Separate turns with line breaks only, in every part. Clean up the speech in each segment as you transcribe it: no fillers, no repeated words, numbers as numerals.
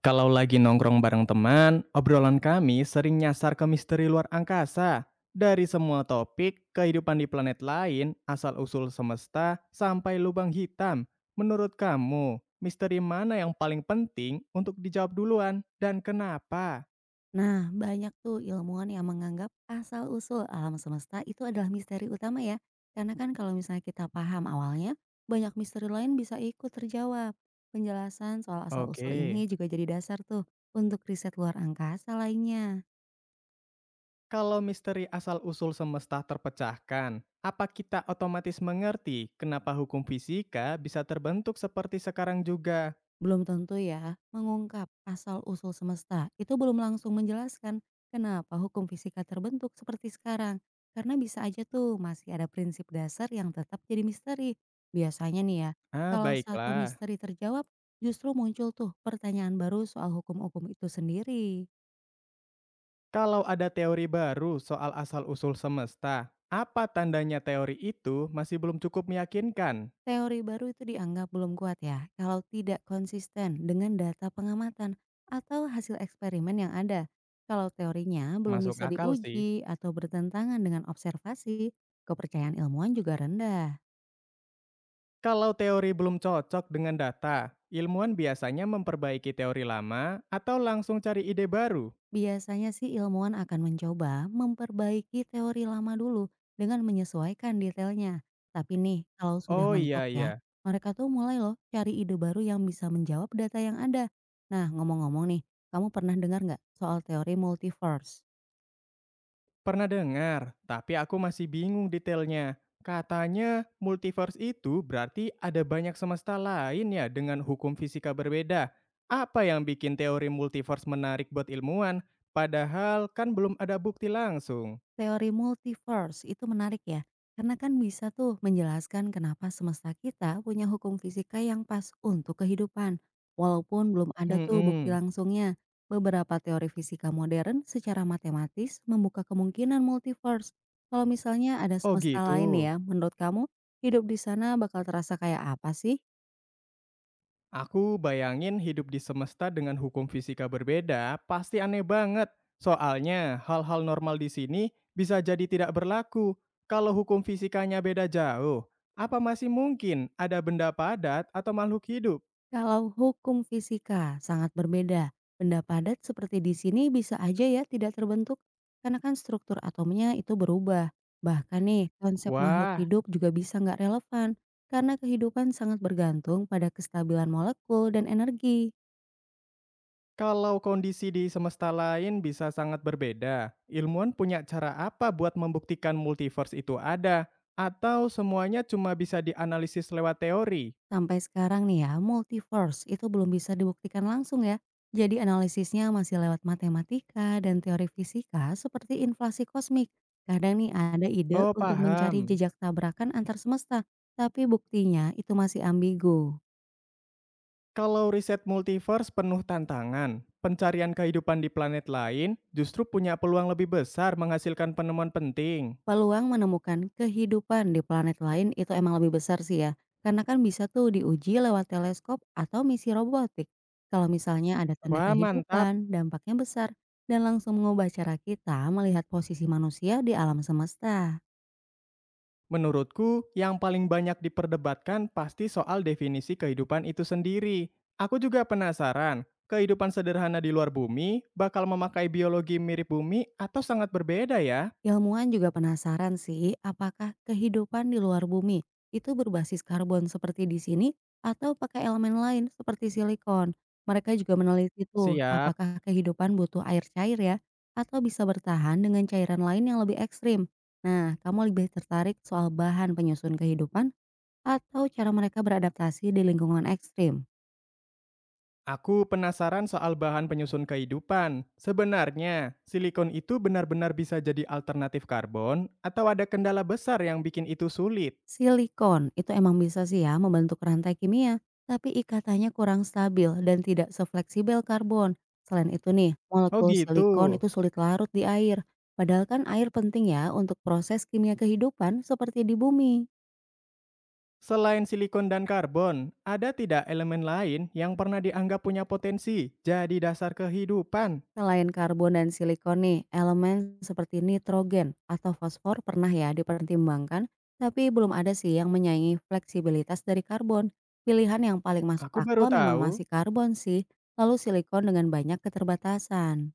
Kalau lagi nongkrong bareng teman, obrolan kami sering nyasar ke misteri luar angkasa. Dari semua topik, kehidupan di planet lain, asal-usul semesta, sampai lubang hitam. Menurut kamu, misteri mana yang paling penting untuk dijawab duluan dan kenapa?
Nah, banyak tuh ilmuwan yang menganggap asal-usul alam semesta itu adalah misteri utama ya. Karena kan kalau misalnya kita paham awalnya, banyak misteri lain bisa ikut terjawab. Penjelasan soal asal-usul
Oke,
ini juga jadi dasar tuh untuk riset luar angkasa lainnya.
kalau misteri asal-usul semesta terpecahkan, apa kita otomatis mengerti kenapa hukum fisika bisa terbentuk seperti sekarang juga?
Belum tentu ya, mengungkap asal-usul semesta itu belum langsung menjelaskan kenapa hukum fisika terbentuk seperti sekarang. Karena bisa aja tuh masih ada prinsip dasar yang tetap jadi misteri. Biasanya nih ya,
Ah,
kalau satu
baiklah.
misteri terjawab, justru muncul tuh pertanyaan baru soal hukum-hukum itu sendiri.
Kalau ada teori baru soal asal-usul semesta, apa tandanya teori itu masih belum cukup meyakinkan?
Teori baru itu dianggap belum kuat ya kalau tidak konsisten dengan data pengamatan atau hasil eksperimen yang ada. Kalau teorinya belum
Masuk
bisa
akal sih.
diuji atau bertentangan dengan observasi, kepercayaan ilmuwan juga rendah.
Kalau teori belum cocok dengan data, ilmuwan biasanya memperbaiki teori lama atau langsung cari ide baru.
Biasanya sih ilmuwan akan mencoba memperbaiki teori lama dulu dengan menyesuaikan detailnya. Tapi nih, kalau sudah
Oh,
mentok
iya
ya,
iya.
mereka tuh mulai loh cari ide baru yang bisa menjawab data yang ada. Nah, ngomong-ngomong nih, kamu pernah dengar nggak soal teori multiverse?
Pernah dengar, tapi aku masih bingung detailnya. Katanya multiverse itu berarti ada banyak semesta lain ya dengan hukum fisika berbeda. Apa yang bikin teori multiverse menarik buat ilmuwan? Padahal kan belum ada bukti langsung.
Teori multiverse itu menarik ya, karena kan bisa tuh menjelaskan kenapa semesta kita punya hukum fisika yang pas untuk kehidupan. Walaupun belum ada tuh bukti
Hmm,
langsungnya, beberapa teori fisika modern secara matematis membuka kemungkinan multiverse. Kalau misalnya ada
oh
semesta lain
gitu.
ya, menurut kamu hidup di sana bakal terasa kayak apa sih?
Aku bayangin hidup di semesta dengan hukum fisika berbeda pasti aneh banget. Soalnya hal-hal normal di sini bisa jadi tidak berlaku. Kalau hukum fisikanya beda jauh, apa masih mungkin ada benda padat atau makhluk hidup?
Kalau hukum fisika sangat berbeda, benda padat seperti di sini bisa aja ya tidak terbentuk karena kan struktur atomnya itu berubah. Bahkan nih, konsep makhluk
Wah,
hidup juga bisa nggak relevan karena kehidupan sangat bergantung pada kestabilan molekul dan energi.
kalau kondisi di semesta lain bisa sangat berbeda. Ilmuwan punya cara apa buat membuktikan multiverse itu ada? Atau semuanya cuma bisa dianalisis lewat teori?
Sampai sekarang nih ya, multiverse itu belum bisa dibuktikan langsung ya. Jadi analisisnya masih lewat matematika dan teori fisika seperti inflasi kosmik. Kadang nih ada ide
Oh,
untuk mencari
paham.
jejak tabrakan antar semesta, tapi buktinya itu masih ambigu.
Kalau riset multiverse penuh tantangan, pencarian kehidupan di planet lain justru punya peluang lebih besar menghasilkan penemuan penting.
Peluang menemukan kehidupan di planet lain itu emang lebih besar sih ya, karena kan bisa tuh diuji lewat teleskop atau misi robotik. Kalau misalnya ada tanda
Wah, mantap!
kehidupan, dampaknya besar dan langsung mengubah cara kita melihat posisi manusia di alam semesta.
Menurutku, yang paling banyak diperdebatkan pasti soal definisi kehidupan itu sendiri. Aku juga penasaran, kehidupan sederhana di luar bumi bakal memakai biologi mirip bumi atau sangat berbeda ya?
Ilmuwan juga penasaran sih, apakah kehidupan di luar bumi itu berbasis karbon seperti di sini atau pakai elemen lain seperti silikon. Mereka juga meneliti tuh
Siap.
apakah kehidupan butuh air cair ya atau bisa bertahan dengan cairan lain yang lebih ekstrim. Nah, kamu lebih tertarik soal bahan penyusun kehidupan atau cara mereka beradaptasi di lingkungan ekstrim?
Aku penasaran soal bahan penyusun kehidupan. Sebenarnya, silikon itu benar-benar bisa jadi alternatif karbon atau ada kendala besar yang bikin itu sulit?
Silikon itu emang bisa sih ya membentuk rantai kimia, tapi ikatannya kurang stabil dan tidak sefleksibel karbon. Selain itu nih,
Oh
molekul
gitu.
silikon itu sulit larut di air. Padahal kan air penting ya untuk proses kimia kehidupan seperti di bumi.
Selain silikon dan karbon, ada tidak elemen lain yang pernah dianggap punya potensi jadi dasar kehidupan?
Selain karbon dan silikon nih, elemen seperti nitrogen atau fosfor pernah ya dipertimbangkan, tapi belum ada sih yang menyaingi fleksibilitas dari karbon. Pilihan yang paling masuk
Aku baru
akal memang
tahu.
masih karbon sih, lalu silikon dengan banyak keterbatasan.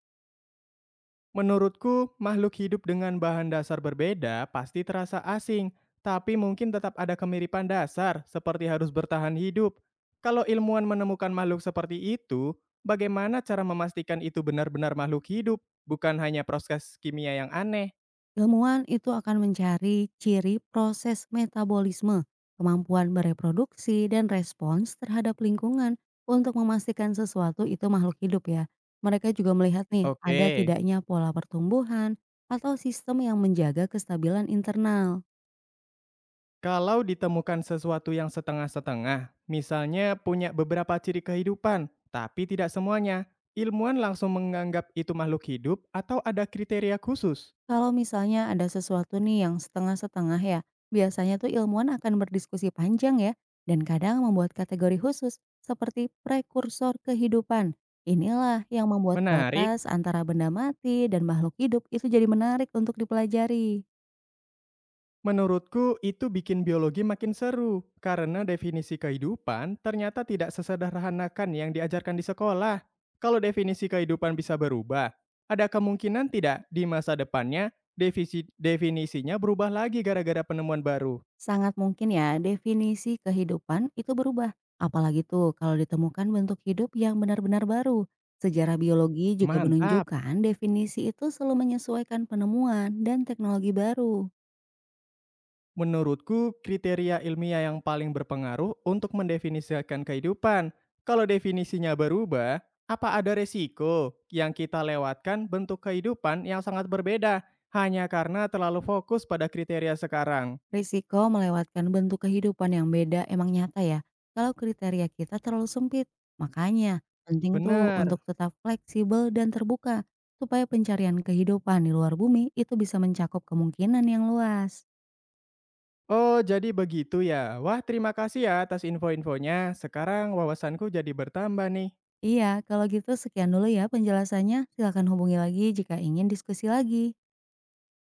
Menurutku, makhluk hidup dengan bahan dasar berbeda pasti terasa asing, tapi mungkin tetap ada kemiripan dasar seperti harus bertahan hidup. Kalau ilmuwan menemukan makhluk seperti itu, bagaimana cara memastikan itu benar-benar makhluk hidup, bukan hanya proses kimia yang aneh?
Ilmuwan itu akan mencari ciri proses metabolisme, kemampuan bereproduksi, dan respons terhadap lingkungan untuk memastikan sesuatu itu makhluk hidup ya. Mereka juga melihat nih
Oke,
ada tidaknya pola pertumbuhan atau sistem yang menjaga kestabilan internal.
kalau ditemukan sesuatu yang setengah-setengah, misalnya punya beberapa ciri kehidupan, tapi tidak semuanya, ilmuwan langsung menganggap itu makhluk hidup atau ada kriteria khusus?
Kalau misalnya ada sesuatu nih yang setengah-setengah ya, biasanya tuh ilmuwan akan berdiskusi panjang ya, dan kadang membuat kategori khusus seperti prekursor kehidupan. Inilah yang membuat
Menarik.
batas antara benda mati dan makhluk hidup itu jadi menarik untuk dipelajari.
Menurutku, itu bikin biologi makin seru karena definisi kehidupan ternyata tidak sesederhanakan yang diajarkan di sekolah. Kalau definisi kehidupan bisa berubah, ada kemungkinan tidak di masa depannya definisinya berubah lagi gara-gara penemuan baru.
Sangat mungkin ya definisi kehidupan itu berubah, apalagi tuh kalau ditemukan bentuk hidup yang benar-benar baru. Sejarah biologi juga
Mantap!
menunjukkan definisi itu selalu menyesuaikan penemuan dan teknologi baru.
Menurutku, kriteria ilmiah yang paling berpengaruh untuk mendefinisikan kehidupan. Kalau definisinya berubah, apa ada resiko yang kita lewatkan bentuk kehidupan yang sangat berbeda hanya karena terlalu fokus pada kriteria sekarang?
Risiko melewatkan bentuk kehidupan yang beda emang nyata ya, kalau kriteria kita terlalu sempit. Makanya, penting tuh untuk
Benar.
tetap fleksibel dan terbuka, supaya pencarian kehidupan di luar bumi itu bisa mencakup kemungkinan yang luas.
Oh, jadi begitu ya. Wah, terima kasih ya atas info-infonya. Sekarang wawasanku jadi bertambah nih.
Iya, kalau gitu sekian dulu ya penjelasannya. Silakan hubungi lagi jika ingin diskusi lagi.